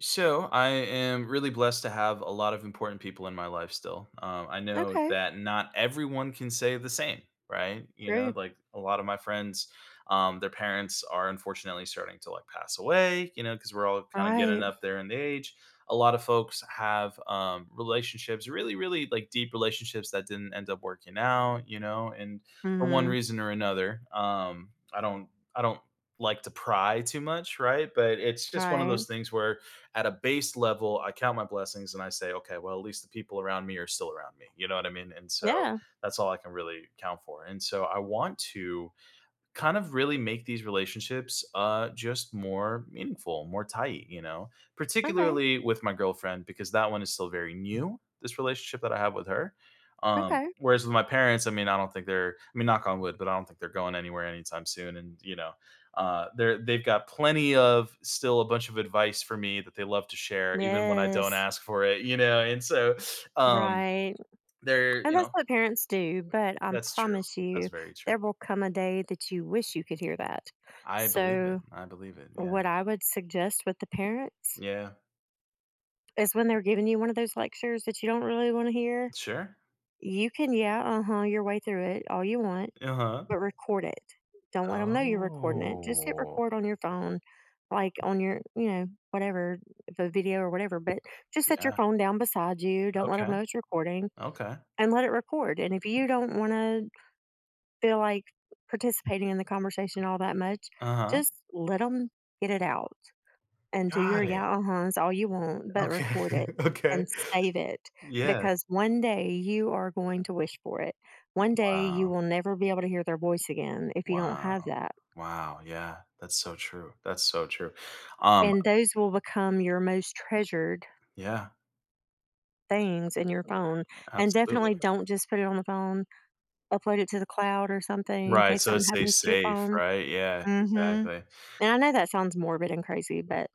So I am really blessed to have a lot of important people in my life still. I know Okay, that not everyone can say the same, right? You true. know, like a lot of my friends, their parents are unfortunately starting to like pass away. You know, because we're all kind of getting Right. up there in the age. A lot of folks have relationships, really, really like deep relationships that didn't end up working out. You know, and for one Mhm. reason or another, I don't like to pry too much, right? But it's just one of Right. those things where at a base level, I count my blessings and I say, okay, well, at least the people around me are still around me. You know what I mean? And so Yeah. that's all I can really count for. And so I want to kind of really make these relationships, just more meaningful, more tight, you know? Okay. Particularly with my girlfriend because that one is still very new, this relationship that I have with her. Okay. Whereas with my parents, I mean, I don't think they're I mean, knock on wood, but I don't think they're going anywhere anytime soon and, you know, they've got plenty of still a bunch of advice for me that they love to share even when I Yes. don't ask for it, you know? And so, um, Right. they're And you that's know, what parents do, but I that's true. promise That's you very true. there will come a day that you wish you could hear that. I believe it. So I believe it, yeah. what I would suggest with the parents Yeah. is when they're giving you one of those lectures that you don't really want to hear, Sure. you can yeah, uh-huh, your way through it all you want. Uh-huh. But record it. Don't let them know you're recording it. Just hit Oh, record on your phone, like on your, whatever, the video or whatever. But just set your yeah. phone down beside you. Don't let them Okay, know it's recording okay. and let it record. And if you don't want to feel like participating in the conversation all that much, Uh-huh. just let them get it out. And do your Got it. "yeah, uh-huhs" all you want, but Okay, record it okay. and save it Yeah. because one day you are going to wish for it. One day you Wow, will never be able to hear their voice again if you don't wow, have that, wow, yeah, that's so true, that's so true. Um, and those will become your most treasured yeah, things in your phone, and absolutely. definitely don't just put it on the phone, upload it to the cloud or something in Right, case so it something happens stays to your safe, phone. right? Yeah, Mhm, exactly. and I know that sounds morbid and crazy, but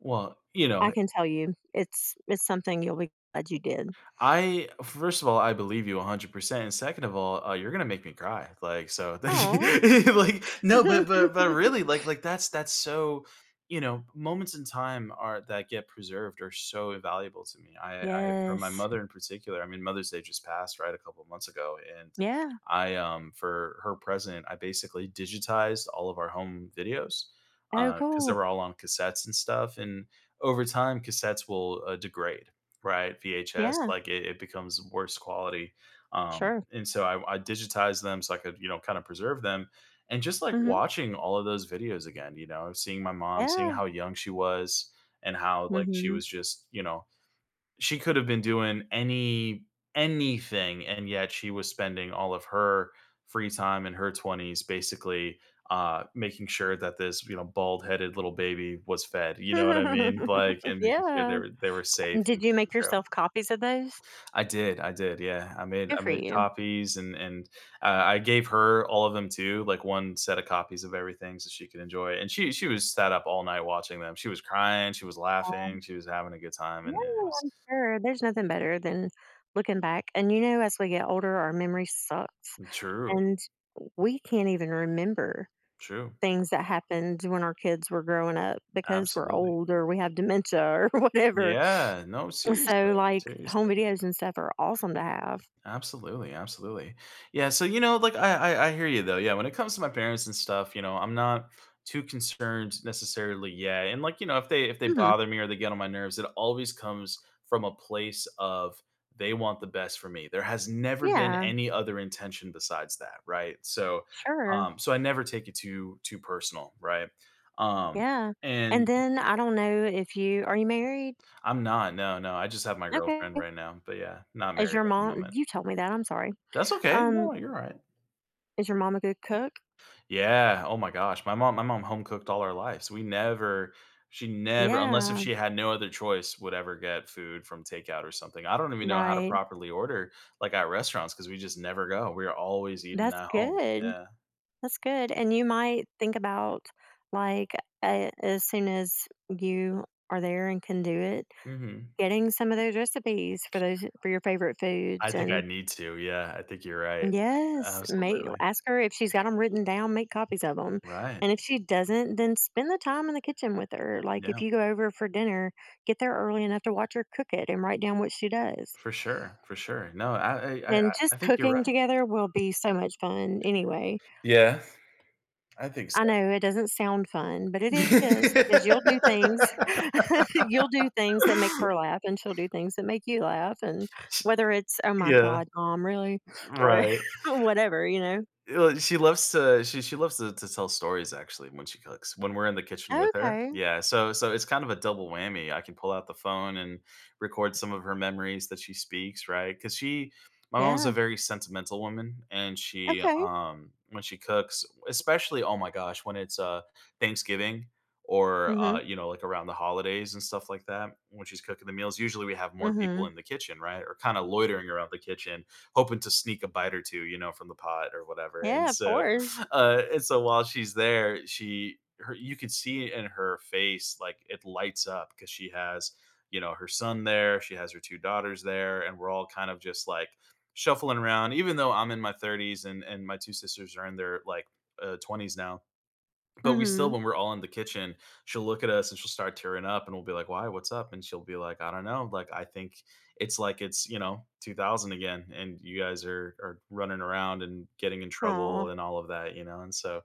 Well, I can tell you it's something you'll be glad you did. I first of all, I believe you 100%, and second of all, you're gonna make me cry, like, so Oh. like, no, but really, like that's so moments in time are that get preserved are so invaluable to me. I for my Yes. mother in particular, I mean, Mother's Day just passed, right, a couple of months ago, and Yeah. I for her present, I basically digitized all of our home videos Oh, because they cool. were all on cassettes and stuff, and over time, cassettes will degrade. Right, VHS, Yeah. like, it becomes worse quality, Sure. and so I digitized them so I could, you know, kinda preserve them, and just, like, Mhm. watching all of those videos again, you know, seeing my mom, seeing Yeah. how young she was and how, like, she Mhm. was just, you know she could have been doing anything, and yet she was spending all of her free time in her 20s basically, making sure that this, you know, bald-headed little baby was fed, you know what I mean? Like, and making sure Yeah. They were safe And and did you taken make care of. yourself copies of those? I did, yeah. I made Good I for made you. copies and I gave her all of them too, like, one set of copies of everything so she could enjoy it, and she was sat up all night watching them. She was crying, she was laughing, she was having a good time, Yeah, and it was I'm sure. There's nothing better than looking back. And, you know, as we get older, our memory sucks, true, and we can't even remember true, things that happened when our kids were growing up because we're absolutely. old or we have dementia or whatever. Yeah, no, seriously, So, like, home seriously. videos and stuff are awesome to have. Absolutely, absolutely. Yeah, so you know, like I hear you though. Yeah, when it comes to my parents and stuff, you know, I'm not too concerned necessarily. Yeah. And like, you know, if they Mhm. bother me or they get on my nerves, it always comes from a place of they want the best for me. There has never been Yeah. any other intention besides that, right? So Sure. So I never take it too personal, right? Um Yeah. And and then I don't know if you married? I'm not. No, no. I just have my Okay. girlfriend right now, but yeah, not Is married your at the mom moment. you told me that, I'm sorry. That's okay. Um, No, you're all right. is your mom a good cook? Yeah, oh my gosh, my mom home cooked all our lives. We never she never unless if Yeah, she had no other choice, would ever get food from takeout or something. I don't even know how to right. properly order, like, at restaurants because we just never go. We're always eating That's at home. good. Yeah. That's good. And you might think about like a as soon as you are there and can do it, Mhm. getting some of those recipes for those for your favorite I foods think I and need to, yeah, I think you're right. yes, may Absolutely. ask her if she's got them written down, make copies of them, Right. and if she doesn't, then spend the time in the kitchen with her, like, if Yeah. you go over for dinner, get there early enough to watch her cook it and write down what she does, For sure, for sure. No, and I just think you're cooking right. together will be so much fun anyway. Yeah, I think I so. know it doesn't sound fun, but it is because you'll do things you'll do things that make her laugh, and she'll do things that make you laugh, and whether it's, "Oh my Yeah, god, mom, really?" or right. whatever, you know? Well, she loves to tell stories actually when she cooks. When we're in the kitchen with her. Okay, Yeah, so it's kind of a double whammy. I can pull out the phone and record some of her memories that she speaks, right because she my mom's yeah. a very sentimental woman and she Okay. When she cooks, especially oh my gosh, when it's Thanksgiving or Mhm. you know like around the holidays and stuff like that, when she's cooking the meals, usually we have more people Mhm. in the kitchen, right? Or kind of loitering around the kitchen hoping to sneak a bite or two, you know, from the pot or whatever. And Yeah, of so, course. And so while she's there, she her you could see in her face like it lights up because she has you know her son there, she has her two daughters there, and we're all kind of just like shuffling around. Even though I'm in my 30s and my two sisters are in their like 20s now Mm. but we still, Mhm. when we're all in the kitchen, she'll look at us and she'll start tearing up, and we'll be like, "Why? What's up?" And she'll be like, "I don't know. Like, I think it's like it's you know 2000 again, and you guys are running around and getting in Oh, trouble and all of that, you know." And so,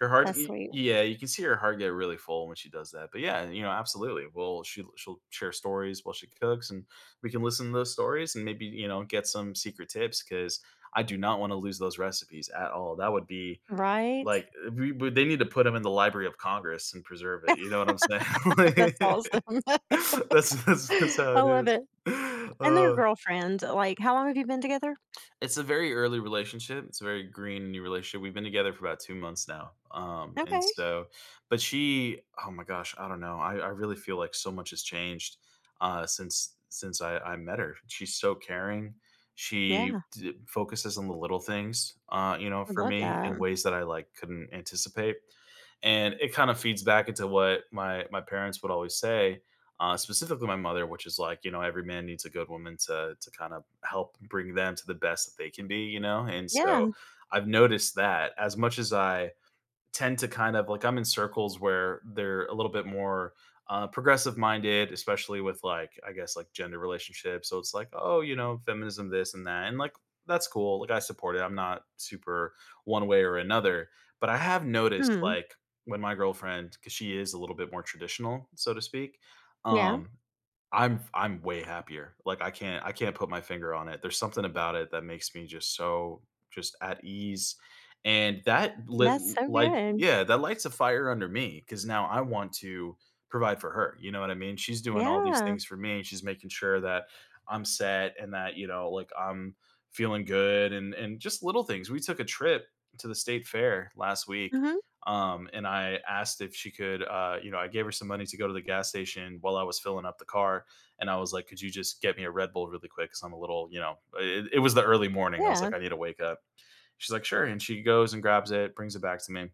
your heart, that's sweet. yeah, you can see her heart get really full when she does that. But yeah, you know, absolutely. Well, she'll share stories while she cooks, and we can listen to those stories and maybe you know get some secret tips because I do not want to lose those recipes at all. That would be Right? like, we but they need to put him in the Library of Congress and preserve it, you know what I'm saying? That's Like, awesome. that's I how it love is. it. And their Uh girlfriend, like, how long have you been together? it's a very early relationship. It's a very green new relationship. We've been together for about 2 months now, and Okay. so but she oh my gosh, I don't know. I really feel like so much has changed, since I met her. She's so caring. Yeah, She d focuses on the little things, you know, I for love me in that. ways that I, like, couldn't anticipate, and it kinda feeds back into what my parents would always say specifically my mother, which is like, you know, every man needs a good woman to kind of help bring them to the best that they can be, you know. And so Yeah. I've noticed that as much as I tend to kind of like I'm in circles where they're a little bit more progressive minded, especially with like I guess like gender relationships. So it's like, oh, you know, feminism, this and that, and like that's cool. Like I support it. I'm not super one way or another, but I have noticed Mhm. like when my girlfriend, because she is a little bit more traditional, so to speak. Yeah. Um, I'm way happier. Like I can't put my finger on it. There's something about it that makes me just so just at ease. And that lit That's so light good. yeah, that lights a fire under me because now I want to provide for her. You know what I mean? She's doing all these Yeah. Mm. things for me. And she's making sure that I'm set and that, you know, like I'm feeling good and just little things. We took a trip to the state fair last week. Mhm. And I asked if she could, you know, I gave her some money to go to the gas station while I was filling up the car and I was like, "Could you just get me a Red Bull really quick? Because I'm a little, you know." It was the early morning. I was Yeah. like, "I need to wake up." She's like, "Sure," and she goes and grabs it, brings it back to me.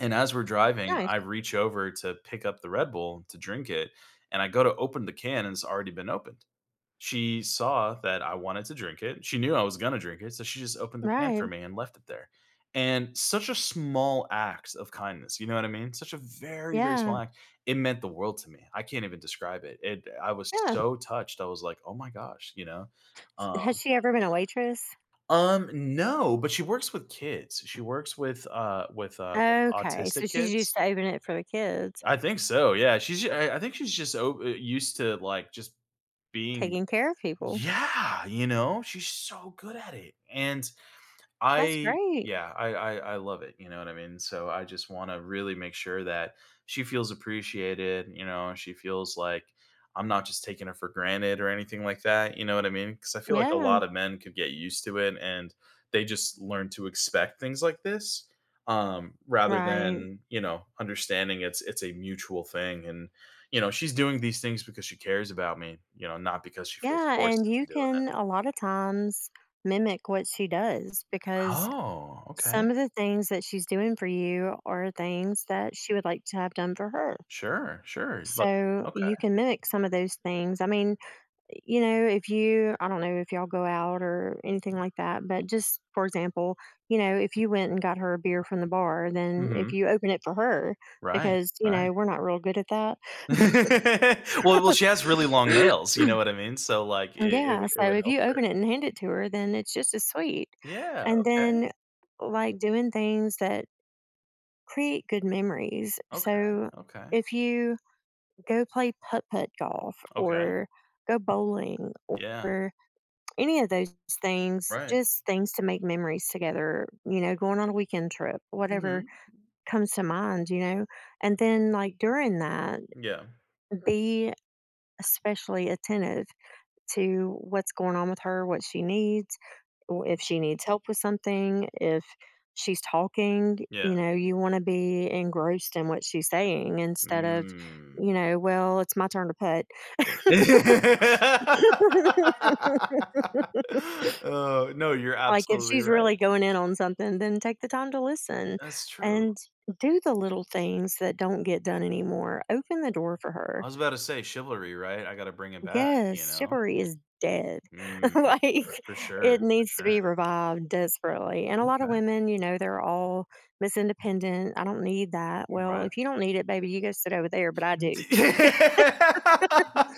And as we're driving, Nice. I reach over to pick up the Red Bull to drink it, and I go to open the can, and it's already been opened. She saw that I wanted to drink it. She knew I was gonna drink it, so she just opened the can Right. for me and left it there. And such a small act of kindness, you know what I mean? Such a very, very Yeah. small act. It meant the world to me. I can't even describe it. I was Yeah. so touched. I was like, "Oh my gosh," you know? Has Um she ever been a waitress? um, no, but she works with kids. She works with, like, Okay, so autistic she's used kids? to opening it for the kids, I think so, yeah. She's I think she's just o used to, like, just being taking care of people. yeah, you know, she's so good at it, and That's I great. yeah, I love it, you know what I mean? So I just wanna really make sure that she feels appreciated, you know, she feels like I'm not just taking her for granted or anything like that, you know what I mean because I feel like a Yeah. lot of men could get used to it and they just learn to expect things like this, rather Right. than, you know, understanding it's a mutual thing and, you know, she's doing these things because she cares about me, you know, not because she feels Yeah, and forced you into doing it. can a lot of times mimic what she does because Oh, okay. some of the things that she's doing for you are things that she would like to have done for her. Sure, sure, look, So you okay. can mimic some of those things. I mean, you know, if you, I don't know if y'all go out or anything like that, but just for example, you know, if you went and got her a beer from the bar, then if Mhm. you open it for her, Right, because, you right. know, we're not real good at that. Well, she has really long nails, you know what I mean? So, like, it it Yeah, would it so would if help you her. open it and hand it to her, then it's just as sweet. Yeah, And okay, then, like, doing things that create good memories. okay, So okay, if you go play putt-putt golf okay. or go bowling Yeah, or any of those things, right. just things to make memories together, you know, going on a weekend trip, whatever Mhm. comes to mind, you know? And then, like, during that, Yeah, be especially attentive to what's going on with her, what she needs w- if she needs help with something, if she's talking, yeah. you know, you want to be engrossed in what she's saying instead of, Mm. you know, well, it's my turn to put. Oh, no, you're Like if absolutely she's right. really going in on something, then take the time to listen That's true. and do the little things that don't get done anymore. Open the door for I her. was about to say chivalry, right? I gotta bring it back, you Yes, know? chivalry is dead. Mm. Like For sure, it for needs to be sure. revived desperately. And a lot of Okay. women, you know, they're all Miss Independent. I don't need that. Well, Right. if you don't need it, baby, you go sit over there, but I do.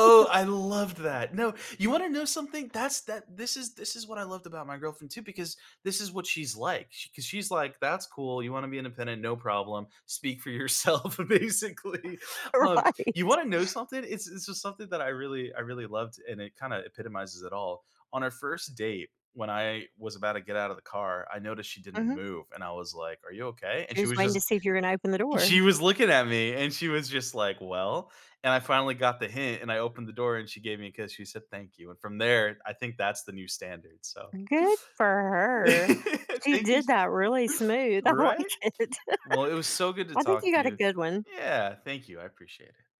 Oh, I loved that. No, you wanna know something? That's that this is what I loved about my girlfriend too, because this is what she's like. Because she's like, "That's cool. You wanna be independent, no problem. Speak for yourself," basically. Um, you Right. wanna know something? It's just something that I really loved, and it kinda epitomizes it all. On our first date, when I was about to get out of the car, I noticed she didn't Hmm. move, and I was like, "Are you okay?" And She she was was waiting to just see if you're going to open the she door. was looking at me and she was just like, "Well," and I finally got the hint and I opened the door and she gave me a kiss. She said, "Thank you." And from there, I think that's the new standard. So Good for her. She thank you. did that really smooth. I Right? like it. Well, it was so good to I think you talk to got a you. good one. Yeah. Thank you. I appreciate it.